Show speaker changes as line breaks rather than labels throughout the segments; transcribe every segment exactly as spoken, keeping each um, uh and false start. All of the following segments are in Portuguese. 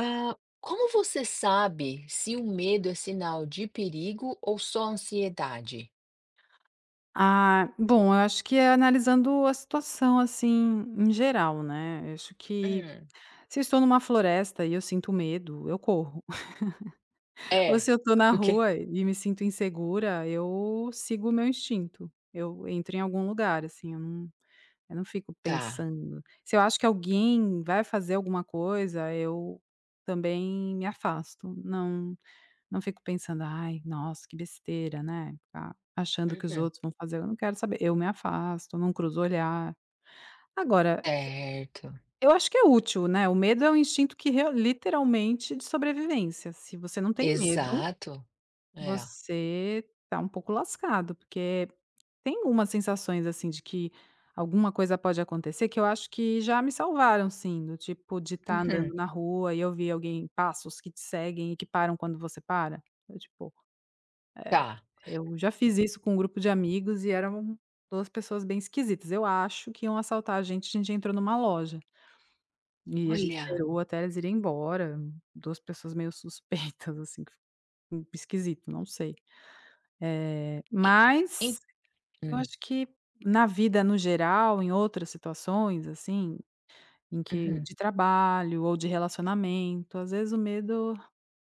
Ah, como você sabe se o medo é sinal de perigo ou só ansiedade?
Ah, bom, eu acho que é analisando a situação, assim, em geral, né. Eu acho que
Hum.
se eu estou numa floresta e eu sinto medo, eu corro. Ou
É.
se eu estou na
Porque
rua e me sinto insegura, eu sigo o meu instinto. Eu entro em algum lugar, assim, eu não eu não fico
tá.
pensando. Se eu acho que alguém vai fazer alguma coisa, eu também me afasto. Não não fico pensando: "Ai, nossa, que besteira, né, ficar achando que os
Uhum.
outros vão fazer". Eu não quero saber, eu me afasto, não cruzo o olhar. Agora,
Certo.
eu acho que é útil, né, o medo é um instinto que real literalmente de sobrevivência. Se você não tem medo,
Exato. É.
você tá um pouco lascado, porque tem umas sensações, assim, de que alguma coisa pode acontecer, que eu acho que já me salvaram sim, do tipo de estar
Uhum.
andando na rua e eu ver alguém, passos que te seguem e que param quando você para. Eu, tipo,
Tá.
eu já fiz isso com um grupo de amigos e eram duas pessoas bem esquisitas. Eu acho que iam assaltar a gente, a gente entrou numa loja e a gente
Olha.
esperou até eles irem embora. Duas pessoas meio suspeitas, assim, que ficou esquisito, não sei. É,
e-
mas
e-
eu
hum.
acho que na vida no geral, em outras situações, assim, em que
Uhum.
de trabalho ou de relacionamento, às vezes o medo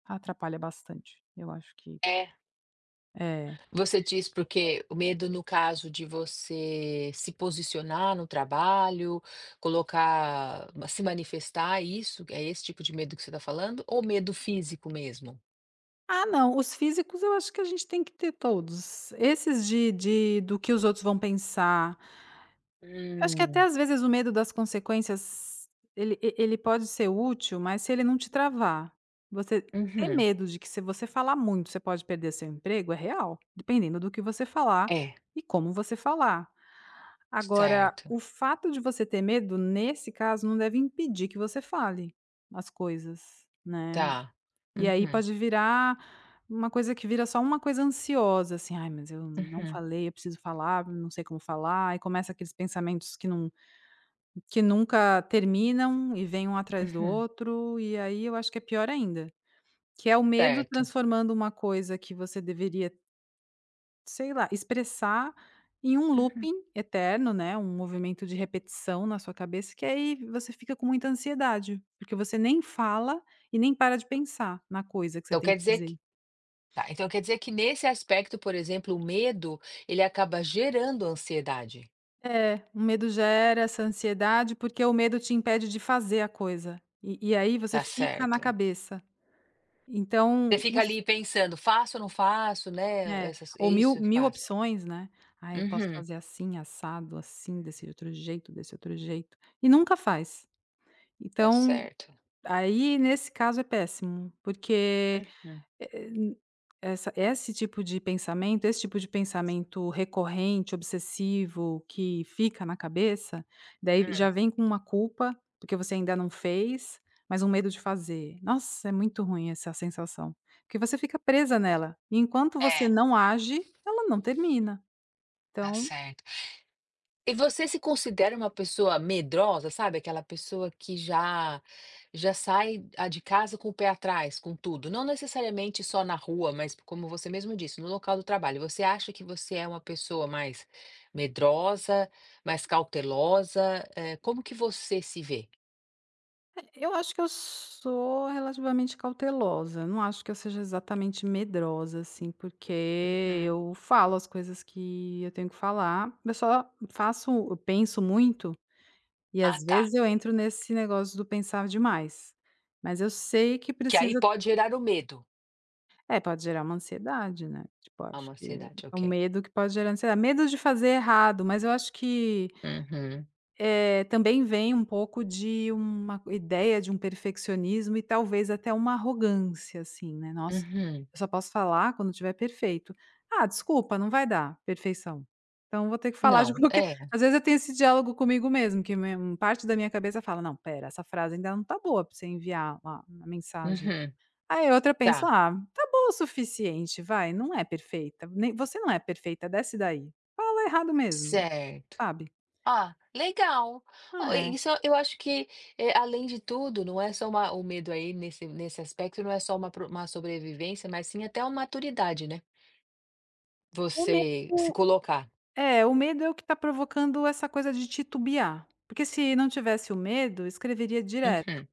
atrapalha bastante. Eu acho que
É,
é.
você diz porque o medo no caso de você se posicionar no trabalho, colocar, se manifestar, isso, é esse tipo de medo que você está falando, ou medo físico mesmo?
Ah, não, os físicos eu acho que a gente tem que ter todos. Esses de, de do que os outros vão pensar, eu acho que até
Hum.
às vezes o medo das consequências, ele e ele pode ser útil, mas se ele não te travar, você ter
Uhum.
medo de que se você falar muito, você pode perder seu emprego, é real, dependendo do que você falar
É.
e como você falar. Agora,
Certo.
o fato de você ter medo, nesse caso, não deve impedir que você fale as coisas, né.
Tá.
E aí
Uhum.
pode virar uma coisa que vira só uma coisa ansiosa, assim: "Ai, mas eu não
Uhum.
falei, eu preciso falar, não sei como falar", e começa aqueles pensamentos que não que nunca terminam e vem um atrás do
Uhum.
outro, e aí eu acho que é pior ainda, que é o medo
Certo.
transformando uma coisa que você deveria, sei lá, expressar em um
Uhum.
looping eterno, né, um movimento de repetição na sua cabeça, que aí você fica com muita ansiedade, porque você nem fala e nem para de pensar na coisa que você
Então
tem
quer
que
dizer que
dizer.
tá, então quer dizer que nesse aspecto, por exemplo, o medo, ele acaba gerando ansiedade.
É, o medo gera essa ansiedade, porque o medo te impede de fazer a coisa, e e aí você
Tá
fica na
certo.
cabeça.
Você
Então
fica
os
ali pensando: "Faço ou não faço?", né,
É,
essas é
ou mil
isso que
mil
passa?
opções, né. Ah, eu posso
Uhum.
fazer assim, assado, assim, desse outro jeito, desse outro jeito", e nunca faz.
Tá
Então,
certo.
aí nesse caso é péssimo, porque
Hum.
eh, n essa esse tipo de pensamento esse tipo de pensamento recorrente, obsessivo, que fica na cabeça, daí
Hum.
já vem com uma culpa, porque você ainda não fez, mas um medo de fazer. Nossa, é muito ruim essa sensação, porque você fica presa nela, e enquanto você
É.
não age, ela não termina.
Tá
Então,
certo. E você se considera uma pessoa medrosa, sabe, aquela pessoa que já já sai, ah, de casa com o pé atrás, com tudo? Não necessariamente só na rua, mas como você mesmo disse, no local do trabalho. Você acha que você é uma pessoa mais medrosa, mais cautelosa? Eh, como que você se vê?
eu acho que eu sou relativamente cautelosa. Não acho que eu seja exatamente medrosa, assim, porque
Uhum.
eu falo as coisas que eu tenho que falar. Eu só faço, eu penso muito e
Ah,
às
tá.
vezes eu entro nesse negócio do pensar demais. Mas eu sei que
Que aí
precisa.
pode gerar o medo.
É, pode gerar uma ansiedade, né? Tipo,
Ah,
acho
uma
que
ansiedade,
é um
ok.
medo que pode gerar ansiedade. Medo de fazer errado, mas eu acho que
Uhum,
Eh, também vem um pouco de uma ideia de um perfeccionismo e talvez até uma arrogância, assim, né. "Nossa,
uhum.
eu só posso falar quando estiver perfeito. Ah, desculpa, não vai dar perfeição. Então vou ter que falar de
Não,
qualquer"
é.
Às vezes eu tenho esse diálogo comigo mesmo, que me um- parte da minha cabeça fala: "Não, pera, essa frase ainda não tá boa pra você enviar lá a mensagem".
Uhum,
Aí a outra pensa:
tá,
"Ah, tá boa o suficiente, vai, não é perfeita, nem você não é perfeita, desce daí. Fala errado mesmo",
certo.
sabe?
Ah, legal. Ó,
É.
isso eu acho que, eh, além de tudo, não é só uma o medo aí nesse nesse aspecto não é só uma pro uma sobrevivência, mas sim até uma maturidade, né,
O
você se
medo
colocar.
é, o medo é o que está provocando essa coisa de titubear, porque se não tivesse o medo, escreveria direto.
Uhum,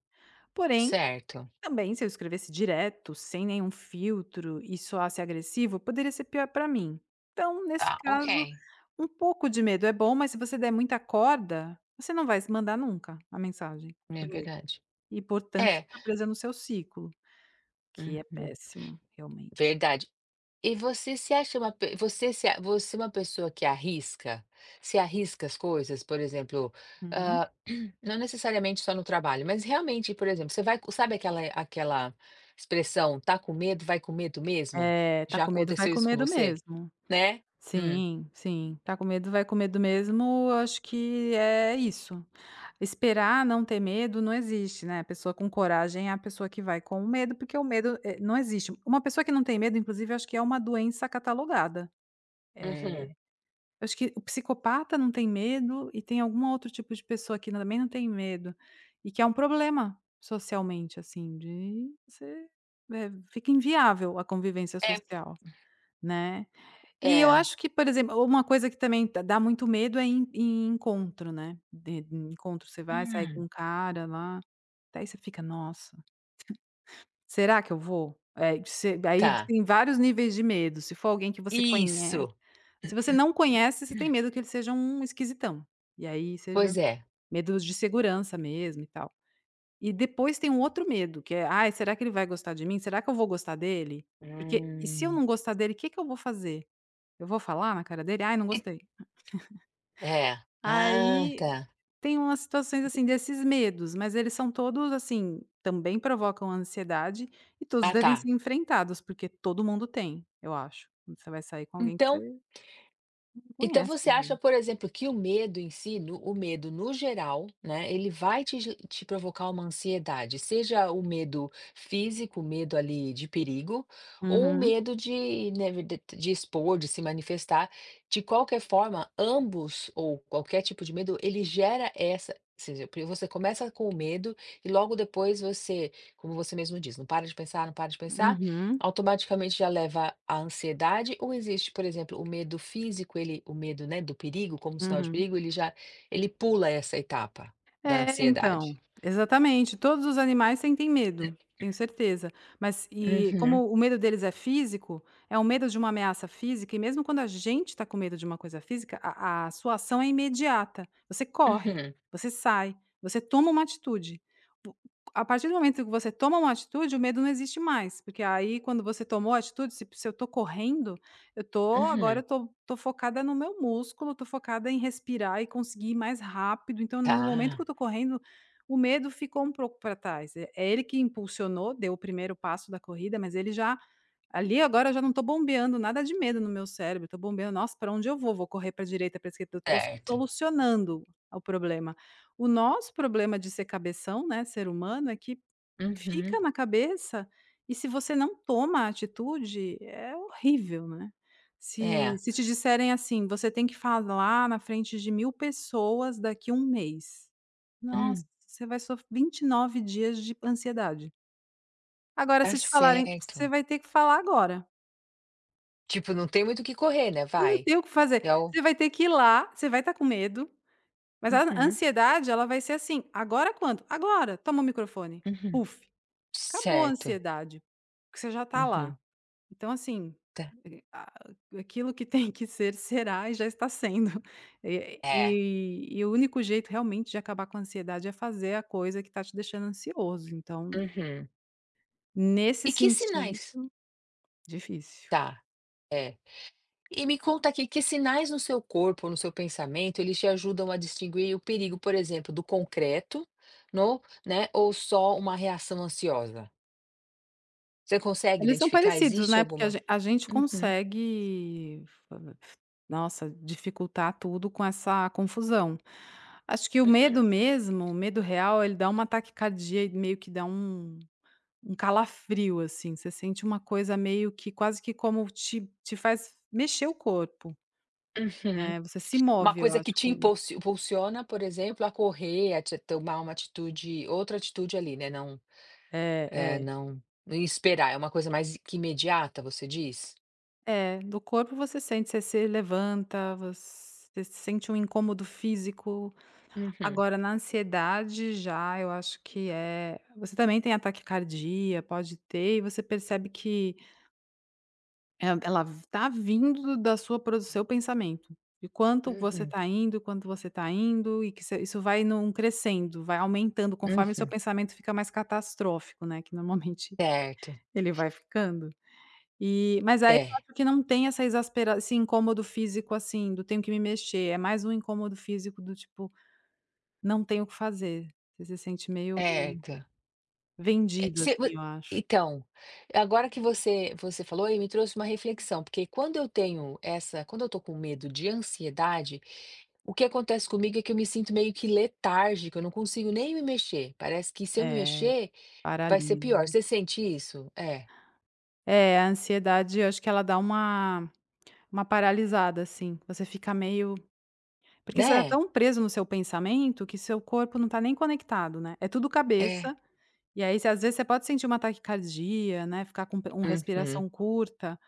Porém,
certo.
também se eu escrevesse direto, sem nenhum filtro e soasse agressivo, poderia ser pior para mim. Então, nesse
Tá, ok.
caso, um pouco de medo é bom, mas se você der muita corda, você não vai mandar nunca a mensagem
É
por medo.
verdade.
E, portanto,
É,
fica presa no seu ciclo, que é
uhum,
péssimo, realmente.
verdade. E você se acha uma pe você se a você é uma pessoa que arrisca? Se arrisca as coisas? Por exemplo,
Uhum.
hã, não necessariamente só no trabalho, mas realmente, por exemplo, você vai co- sabe aquela aquela expressão: "Tá com medo, vai com medo mesmo"?
É, tá
Já
com medo, vai
aconteceu
com
isso com
medo
você?
mesmo.
Né? Hum.
Sim, sim. Tá com medo, vai com medo mesmo, eu acho que é isso. Esperar não ter medo não existe, né, a pessoa com coragem é a pessoa que vai com o medo, porque o medo, eh, não existe. Uma pessoa que não tem medo, inclusive, eu acho que é uma doença catalogada. Eh,
Uhum.
eu acho que o psicopata não tem medo e tem algum outro tipo de pessoa que também não tem medo, e que é um problema socialmente, assim, de você, eh, fica inviável a convivência
É
social, né. E eu
é.
acho que, por exemplo, uma coisa que também dá dá muito medo é em em encontro, né, de em encontro você vai sair com
Hum,
um cara lá, daí você fica: "Nossa, será que eu vou?". Eh, você daí
tá.
tem vários níveis de medo. Se for alguém que você conhece,
Isso.
se você não conhece, você tem medo que ele seja um esquisitão, e aí seja
Pois é.
medo de segurança mesmo e tal. E depois tem um outro medo que é: "Ai, será que ele vai gostar de mim? Será que eu vou gostar dele? Porque e se eu
Hum.
não gostar dele, o que que eu vou fazer? Eu vou falar na cara dele: 'Ai, não gostei'".
É. Ah,
Aí
tá.
tem umas situações, assim, desses medos, mas eles são todos, assim, também provocam ansiedade e todos
Ah, tá.
devem ser enfrentados, porque todo mundo tem, eu acho. Quando você vai sair com alguém que você
Então Então
conhece,
você
né.
acha, por exemplo, que o medo em si, no o medo no geral, né, ele vai te ge te provocar uma ansiedade, seja o medo físico, o medo ali de perigo, ou o
Uhum,
medo de, né, de de expor, de se manifestar. De qualquer forma, ambos ou qualquer tipo de medo, ele gera essa. Ou seja, porque você começa com o medo e logo depois você, como você mesmo diz, não para de pensar, não para de pensar.
uhum,
Automaticamente já leva à ansiedade, ou existe, por exemplo, o medo físico, ele o medo, né, do perigo, como sinal de
uhum.
perigo, ele já ele pula essa etapa da
É,
ansiedade?
então, exatamente. Todos os animais sentem medo, tenho certeza. Mas e
Uhum,
como o medo deles é físico, é um medo de uma ameaça física, e mesmo quando a gente está com medo de uma coisa física, a, a sua ação é imediata. Você corre,
uhum,
você sai, você toma uma atitude. Po- A partir do momento que você toma uma atitude, o medo não existe mais. Porque aí, quando você tomou a atitude, se, se eu estou correndo, eu tô agora eu
uhum.
tô tô focada no meu músculo, tô focada em respirar e conseguir ir mais rápido, então
Tá,
no momento que eu tô correndo, o medo ficou um pouco para trás. É é ele que impulsionou, deu o primeiro passo da corrida, mas ele já, ali agora eu já não tô bombeando nada de medo no meu cérebro, tô bombeando: "Nossa, para onde eu vou? Vou correr para direita, para esquerda", eu tô
certo.
solucionando o problema. O nosso problema de ser cabeção, né, ser humano, é que
Uhum.
fica na cabeça, e se você não toma a atitude, é horrível, né. Se
É.
se te disserem assim: "Você tem que falar na frente de mil pessoas daqui um mês". Nossa,
Hum,
você vai sofrer vinte e nove dias de ansiedade. Agora
tá
se te falarem:
certo.
"Você vai ter que falar agora".
Tipo, não tem muito o que correr, né,
Não
vai.
tem o que fazer.
É o
Você vai ter que ir lá, você vai estar com medo, mas a
Uhum.
ansiedade ela vai ser assim: "Agora quando? Agora! Toma o microfone".
Uhum.
Puf, acabou a
Certo.
ansiedade, porque você já está lá.
Uhum,
Então, assim,
tá.
eh, a aquilo que tem que ser, será e já está sendo. Eh,
É.
e e o único jeito realmente de acabar com a ansiedade é fazer a coisa que está te deixando ansioso, então,
Uhum.
nesse
E que sinais
sentido difícil.
Tá, é. E me conta aqui, que sinais no seu corpo, no seu pensamento, eles te ajudam a distinguir o perigo, por exemplo, do concreto, no, né, ou só uma reação ansiosa? Você consegue
Eles são
identificar?
parecidos,
Existe
né, porque a
alguma?
gen a gente
Uhum,
consegue, fa- nossa, dificultar tudo com essa confusão. Acho que o medo mesmo, o medo real, ele dá uma taquicardia e meio que dá um, um calafrio, assim, você sente uma coisa meio que quase que como te te faz mexer o corpo,
uhum.
né, você se
Uma
move, eu
coisa
acho.
que te
Com
impulsi- impulsiona, por exemplo, a correr, a te- tomar uma atitude, outra atitude ali, né? Não,
é,
é,
é.
não, não esperar. É uma coisa mais que imediata, você diz?
É, do corpo você sente, você se levanta, você sente um incômodo físico.
Uhum,
Agora na ansiedade já eu acho que é, você também tem ataque cardíaco, pode ter, e você percebe que é, ela está vindo da sua pro do seu pensamento. De quanto você
uhum,
está indo, quanto você está indo, e que isso isso vai num crescendo, vai aumentando conforme seu
uhum.
pensamento fica mais catastrófico, né, que normalmente
Certo,
ele vai ficando. E mas aí eu
é,
acho que não tem essa exaspera esse incômodo físico, assim, do tenho que me mexer, é mais um incômodo físico do tipo, não tenho o que fazer. Você se sente meio
certo. Eh,
vendido,
você vo
assim, eu acho.
então, agora que você você falou aí me trouxe uma reflexão, porque quando eu tenho essa quando eu estou com medo de ansiedade, o que acontece comigo é que eu me sinto meio que letárgica, eu não consigo nem me mexer, parece que se eu me
É,
mexer, vai ser pior.
paralisa.
Você sente isso? É,
É, a ansiedade eu acho que ela dá uma Uma paralisada, assim, você fica meio, porque você tá
né?
tão preso no seu pensamento que seu corpo não tá nem conectado, né, é tudo
É.
cabeça. E aí você, às vezes você pode sentir uma taquicardia, né, ficar com pe- uma
Uhum,
respiração curta,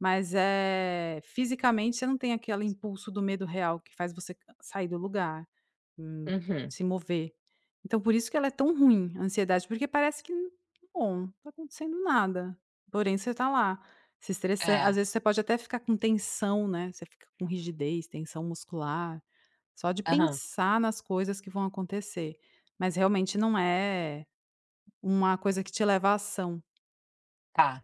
mas, é, fisicamente você não tem aquele impulso do medo real que faz você sair do lugar, hum,
uhum.
se mover. Então por isso que ela é tão ruim, a ansiedade, porque parece que, n- bom, não tá acontecendo nada, porém você tá lá, se estressando. Às
É,
vezes você pode até ficar com tensão, né, você fica com rigidez, tensão muscular, só de
aham,
pensar nas coisas que vão acontecer, mas realmente não é uma coisa que te leva à ação,
tá.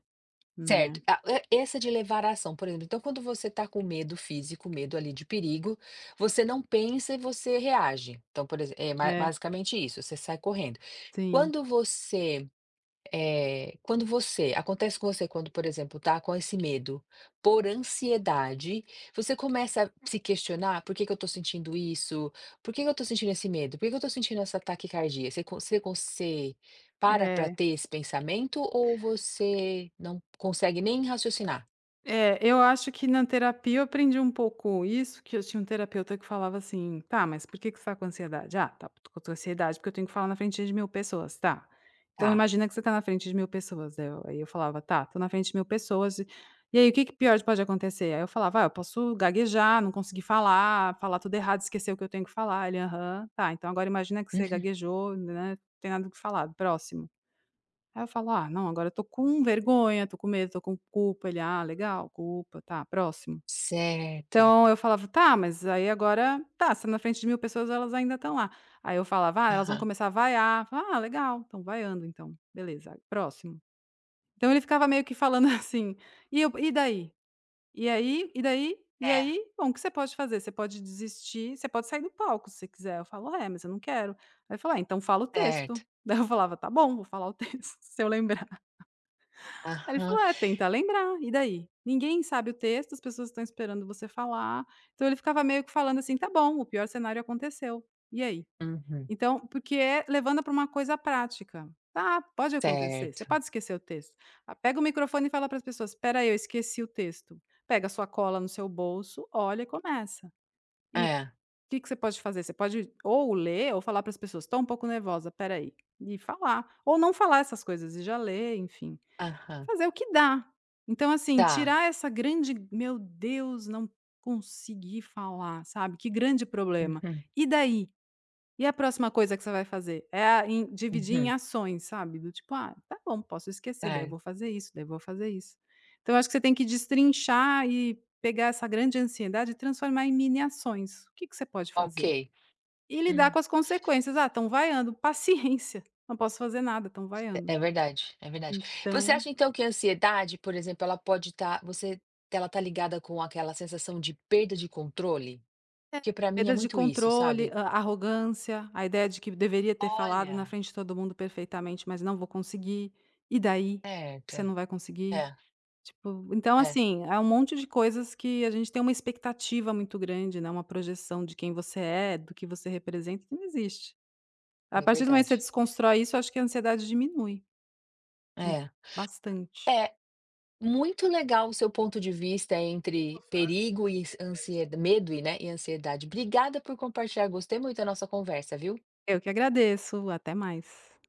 Certo.
né.
A e essa de levar à ação, por exemplo, então quando você está com medo físico, medo ali de perigo, você não pensa e você reage. Então, por exemplo, é ma
É,
basicamente isso, você sai correndo.
sim.
Quando você eh, quando você acontece com você quando, por exemplo, tá com esse medo por ansiedade, você começa a se questionar: "Por que que eu tô sentindo isso? Por que que eu tô sentindo esse medo? Por que que eu tô sentindo essa taquicardia?" Você con você con você para pra
É,
ter esse pensamento ou você não consegue nem raciocinar?
é, eu acho que na terapia eu aprendi um pouco isso, que eu tinha um terapeuta que falava assim: "Tá, mas por que que você tá com ansiedade?". "Ah, tá, tô com ansiedade porque eu tenho que falar na frente de mil pessoas". "Tá, então
Tá.
imagina que você tá na frente de mil pessoas". Aí eu aí eu falava: "Tá, tô na frente de mil pessoas e e aí o que que pior pode acontecer?". Aí eu falava: "Ah, eu posso gaguejar, não conseguir falar, falar tudo errado, esquecer o que eu tenho que falar". Ele: "Aham, tá, então agora imagina que você
Uhum.
gaguejou, né, não tem nada o que falar, próximo". Aí eu falo: "Ah, não, agora eu tô com vergonha, tô com medo, tô com culpa". Ele: "Ah, legal, culpa, tá, próximo".
Certo.
Então eu falava: "Tá, mas aí agora tá, você tá na frente de mil pessoas, elas ainda estão lá". Aí eu falava: "Ah, elas vão
Aham.
começar a vaiar". "Ah, legal, estão vaiando então, beleza, próximo". Então ele ficava meio que falando assim: "E eu E daí? E aí? E daí? E
É,
aí? Bom, o que você pode fazer? Você pode desistir, você pode sair do palco se você quiser". Eu falo: "É, mas eu não quero". Aí ele fala: "Ah, então fala o texto".
certo.
Daí eu falava: "Tá bom, vou falar o texto". Se eu lembrar. Aí ele
Aham.
falou: "É, tenta lembrar, e daí? Ninguém sabe o texto, as pessoas estão esperando você falar". Então ele ficava meio que falando assim: "Tá bom, o pior cenário aconteceu, e aí?".
Uhum.
Então, porque é levando para uma coisa prática. Tá, pode acontecer, você
Certo.
pode esquecer o texto. Ah, pega o microfone e fala para as pessoas: "Espera aí, eu esqueci o texto". Pega a sua cola no seu bolso, olha e começa. E o
É.
que que você pode fazer? Você pode ou ler ou falar para as pessoas: "Tô um pouco nervosa, espera aí", e falar. Ou não falar essas coisas e já ler, enfim.
Aham.
Fazer o que dá. Então, assim,
Tá.
tirar essa grande: "Meu Deus, não consegui falar", sabe, que grande problema.
Uhum,
E daí? E a próxima coisa que você vai fazer? É a em dividir em
uhum.
ações, sabe, do tipo: "Ah, tá bom, posso esquecer, daí eu
Certo.
vou fazer isso, daí eu vou fazer isso". Então, eu acho que você tem que destrinchar e pegar essa grande ansiedade e transformar em mini ações. O que que você pode fazer?
Ok.
E lidar
Hum,
com as consequências. "Ah, estão vaiando", paciência, não posso fazer nada, estão
é
vaiando.
é verdade, é verdade. Você
Então
acha então que a ansiedade, por exemplo, ela pode estar você ela tá ligada com aquela sensação de perda de controle?
é,
Porque para mim é
perda de
muito isso,
controle,
sabe?
a arrogância, a ideia de que deveria ter falado na
Olha.
frente de todo mundo perfeitamente, mas não vou conseguir. E daí? Que
Certo.
você não vai conseguir?
É,
Tipo, então
é,
assim, é um monte de coisas que a gente tem uma expectativa muito grande, né, uma projeção de quem você é, do que você representa, que não existe. A
é
partir do momento que você
verdade.
desconstrói isso, eu acho que a ansiedade diminui, hum,
É.
bastante.
É, muito legal o seu ponto de vista entre perigo e ansiedade, medo e, né, e ansiedade. Obrigada por compartilhar, gostei muito da nossa conversa, viu?
Eu que agradeço, até mais.